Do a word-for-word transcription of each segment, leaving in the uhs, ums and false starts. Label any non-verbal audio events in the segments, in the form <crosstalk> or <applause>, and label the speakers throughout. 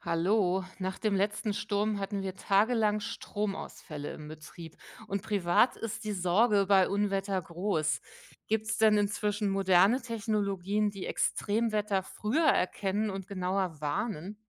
Speaker 1: Hallo, nach dem letzten Sturm hatten wir tagelang Stromausfälle im Betrieb und privat ist die Sorge bei Unwetter groß. Gibt es denn inzwischen moderne Technologien, die Extremwetter früher erkennen und genauer warnen?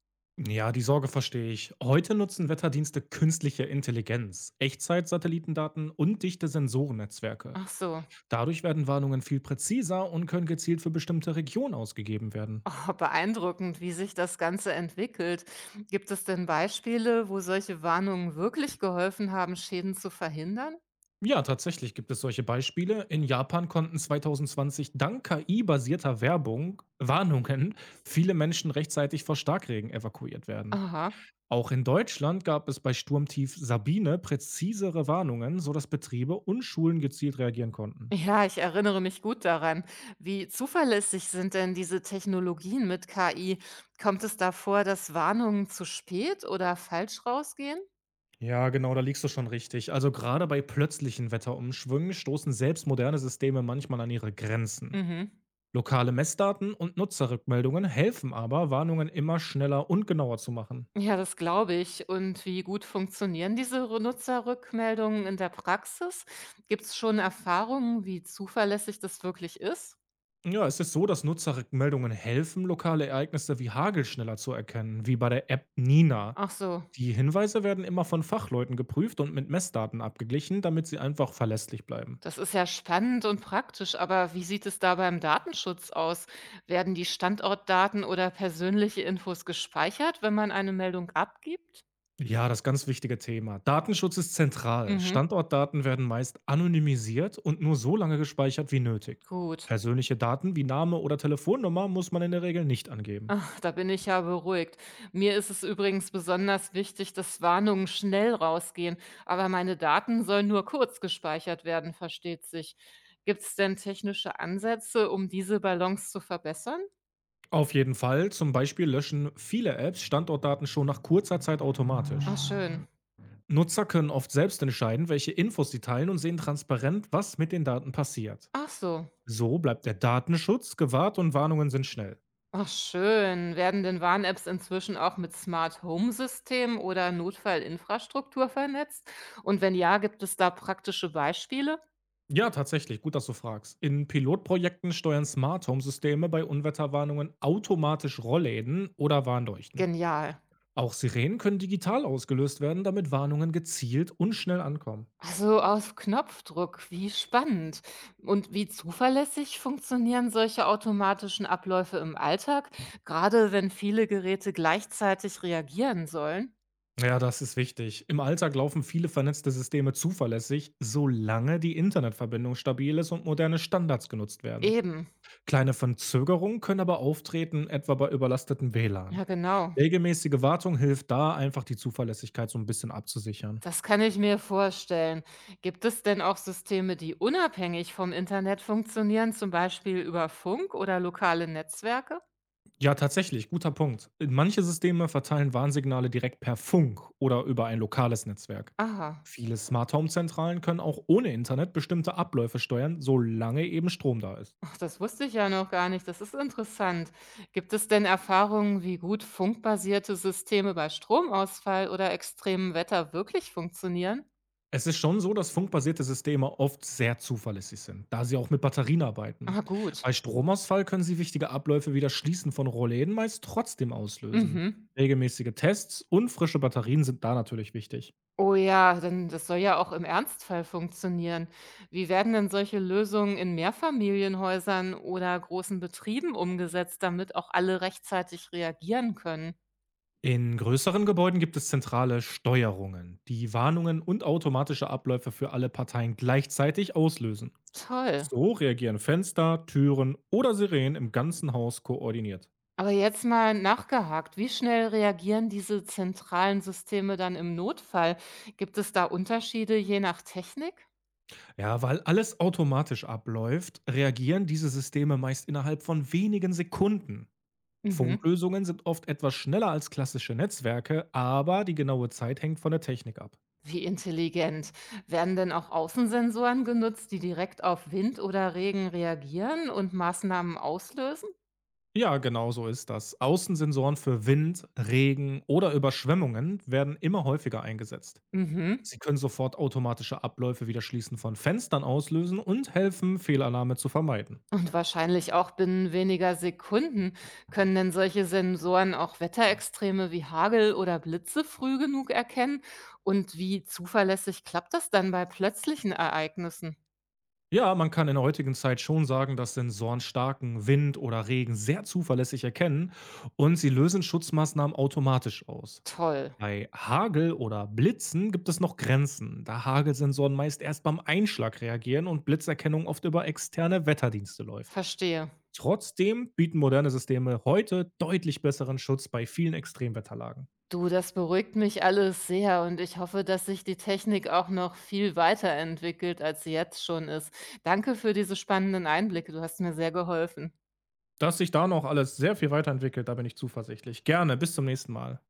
Speaker 2: Ja, die Sorge verstehe ich. Heute nutzen Wetterdienste künstliche Intelligenz, Echtzeit-Satellitendaten und dichte Sensorennetzwerke.
Speaker 1: Ach so,
Speaker 2: Dadurch werden Warnungen viel präziser und können gezielt für bestimmte Regionen ausgegeben
Speaker 1: <laughs>
Speaker 2: werden.
Speaker 1: oh, beeindruckend, wie sich das Ganze entwickelt. Gibt es denn Beispiele, wo solche Warnungen wirklich geholfen haben, Schäden zu verhindern?
Speaker 2: Ja, tatsächlich gibt es solche Beispiele. In Japan konnten zwanzig zwanzig dank K I-basierter Werbung, Warnungen, viele Menschen rechtzeitig vor Starkregen evakuiert werden.
Speaker 1: Aha.
Speaker 2: Auch in Deutschland gab es bei Sturmtief Sabine präzisere Warnungen, sodass Betriebe und Schulen gezielt reagieren konnten.
Speaker 1: Ja, ich erinnere mich gut daran. Wie zuverlässig sind denn diese Technologien mit K I? Kommt es da vor, dass Warnungen zu spät oder falsch rausgehen?
Speaker 2: Ja, genau, da liegst du schon richtig. Also gerade bei plötzlichen Wetterumschwüngen stoßen selbst moderne Systeme manchmal an ihre Grenzen.
Speaker 1: Mhm.
Speaker 2: Lokale Messdaten und Nutzerrückmeldungen helfen aber, Warnungen immer schneller und genauer zu machen.
Speaker 1: Ja, das glaube ich. Und wie gut funktionieren diese Re- Nutzerrückmeldungen in der Praxis? Gibt es schon Erfahrungen, wie zuverlässig das wirklich ist?
Speaker 2: Ja, es ist so, dass Nutzerrückmeldungen helfen, lokale Ereignisse wie Hagel schneller zu erkennen, wie bei der App Nina.
Speaker 1: Ach so.
Speaker 2: Die Hinweise werden immer von Fachleuten geprüft und mit Messdaten abgeglichen, damit sie einfach verlässlich bleiben.
Speaker 1: Das ist ja spannend und praktisch, aber wie sieht es da beim Datenschutz aus? Werden die Standortdaten oder persönliche Infos gespeichert, wenn man eine Meldung abgibt?
Speaker 2: Ja, das ganz wichtige Thema. Datenschutz ist zentral.
Speaker 1: Mhm,
Speaker 2: Standortdaten werden meist anonymisiert und nur so lange gespeichert wie nötig.
Speaker 1: gut.
Speaker 2: Persönliche Daten wie Name oder Telefonnummer muss man in der Regel nicht angeben.
Speaker 1: Ach, da bin ich ja beruhigt. Mir ist es übrigens besonders wichtig, dass Warnungen schnell rausgehen, aber meine Daten sollen nur kurz gespeichert werden, versteht sich. Gibt es denn technische Ansätze, um diese Balance zu verbessern?
Speaker 2: Auf jeden Fall, zum Beispiel löschen viele Apps Standortdaten schon nach kurzer Zeit automatisch.
Speaker 1: Ach schön.
Speaker 2: Nutzer können oft selbst entscheiden, welche Infos sie teilen und sehen transparent, was mit den Daten passiert.
Speaker 1: Ach so.
Speaker 2: So bleibt der Datenschutz gewahrt und Warnungen sind schnell.
Speaker 1: Ach schön. Werden denn Warn-Apps inzwischen auch mit Smart Home-Systemen oder Notfallinfrastruktur vernetzt? Und wenn ja, gibt es da praktische Beispiele?
Speaker 2: Ja, tatsächlich, gut, dass du fragst. In Pilotprojekten steuern Smart Home Systeme bei Unwetterwarnungen automatisch Rollläden oder Warnleuchten.
Speaker 1: Genial.
Speaker 2: Auch Sirenen können digital ausgelöst werden, damit Warnungen gezielt und schnell ankommen.
Speaker 1: Also auf Knopfdruck, wie spannend. Und wie zuverlässig funktionieren solche automatischen Abläufe im Alltag, gerade wenn viele Geräte gleichzeitig reagieren sollen?
Speaker 2: Ja, das ist wichtig. Im Alltag laufen viele vernetzte Systeme zuverlässig, solange die Internetverbindung stabil ist und moderne Standards genutzt werden.
Speaker 1: Eben,
Speaker 2: Kleine Verzögerungen können aber auftreten, etwa bei überlasteten W LAN.
Speaker 1: ja genau.
Speaker 2: Regelmäßige Wartung hilft da, einfach die Zuverlässigkeit so ein bisschen abzusichern.
Speaker 1: Das kann ich mir vorstellen. Gibt es denn auch Systeme, die unabhängig vom Internet funktionieren, zum Beispiel über Funk oder lokale Netzwerke?
Speaker 2: Ja, tatsächlich, guter Punkt. Manche Systeme verteilen Warnsignale direkt per Funk oder über ein lokales Netzwerk.
Speaker 1: Aha,
Speaker 2: Viele Smart Home Zentralen können auch ohne Internet bestimmte Abläufe steuern, solange eben Strom da ist.
Speaker 1: ach, das wusste ich ja noch gar nicht. Das ist interessant. Gibt es denn Erfahrungen, wie gut funkbasierte Systeme bei Stromausfall oder extremem Wetter wirklich funktionieren?
Speaker 2: Es ist schon so, dass funkbasierte Systeme oft sehr zuverlässig sind, da sie auch mit Batterien arbeiten.
Speaker 1: Ah, gut.
Speaker 2: Bei Stromausfall können sie wichtige Abläufe wie das Schließen von Rollläden meist trotzdem auslösen.
Speaker 1: Mhm.
Speaker 2: Regelmäßige Tests und frische Batterien sind da natürlich wichtig.
Speaker 1: Oh ja, denn das soll ja auch im Ernstfall funktionieren. Wie werden denn solche Lösungen in Mehrfamilienhäusern oder großen Betrieben umgesetzt, damit auch alle rechtzeitig reagieren können?
Speaker 2: In größeren Gebäuden gibt es zentrale Steuerungen, die Warnungen und automatische Abläufe für alle Parteien gleichzeitig auslösen.
Speaker 1: Toll.
Speaker 2: So reagieren Fenster, Türen oder Sirenen im ganzen Haus koordiniert.
Speaker 1: Aber jetzt mal nachgehakt, wie schnell reagieren diese zentralen Systeme dann im Notfall? Gibt es da Unterschiede je nach Technik?
Speaker 2: Ja, weil alles automatisch abläuft, reagieren diese Systeme meist innerhalb von wenigen Sekunden.
Speaker 1: Mhm.
Speaker 2: Funklösungen sind oft etwas schneller als klassische Netzwerke, aber die genaue Zeit hängt von der Technik ab.
Speaker 1: Wie intelligent. Werden denn auch Außensensoren genutzt, die direkt auf Wind oder Regen reagieren und Maßnahmen auslösen?
Speaker 2: Ja, genau so ist das. Außensensoren für Wind, Regen oder Überschwemmungen werden immer häufiger eingesetzt.
Speaker 1: Mhm.
Speaker 2: Sie können sofort automatische Abläufe wie das Schließen von Fenstern auslösen und helfen, Fehlalarme zu vermeiden.
Speaker 1: Und wahrscheinlich auch binnen weniger Sekunden. Können denn solche Sensoren auch Wetterextreme wie Hagel oder Blitze früh genug erkennen? Und wie zuverlässig klappt das dann bei plötzlichen Ereignissen?
Speaker 2: Ja, man kann in der heutigen Zeit schon sagen, dass Sensoren starken Wind oder Regen sehr zuverlässig erkennen und sie lösen Schutzmaßnahmen automatisch aus.
Speaker 1: Toll,
Speaker 2: Bei Hagel oder Blitzen gibt es noch Grenzen, da Hagelsensoren meist erst beim Einschlag reagieren und Blitzerkennung oft über externe Wetterdienste läuft.
Speaker 1: verstehe.
Speaker 2: Trotzdem bieten moderne Systeme heute deutlich besseren Schutz bei vielen Extremwetterlagen.
Speaker 1: Du, das beruhigt mich alles sehr und ich hoffe, dass sich die Technik auch noch viel weiterentwickelt, als sie jetzt schon ist. Danke für diese spannenden Einblicke, du hast mir sehr geholfen.
Speaker 2: Dass sich da noch alles sehr viel weiterentwickelt, da bin ich zuversichtlich. Gerne, bis zum nächsten Mal.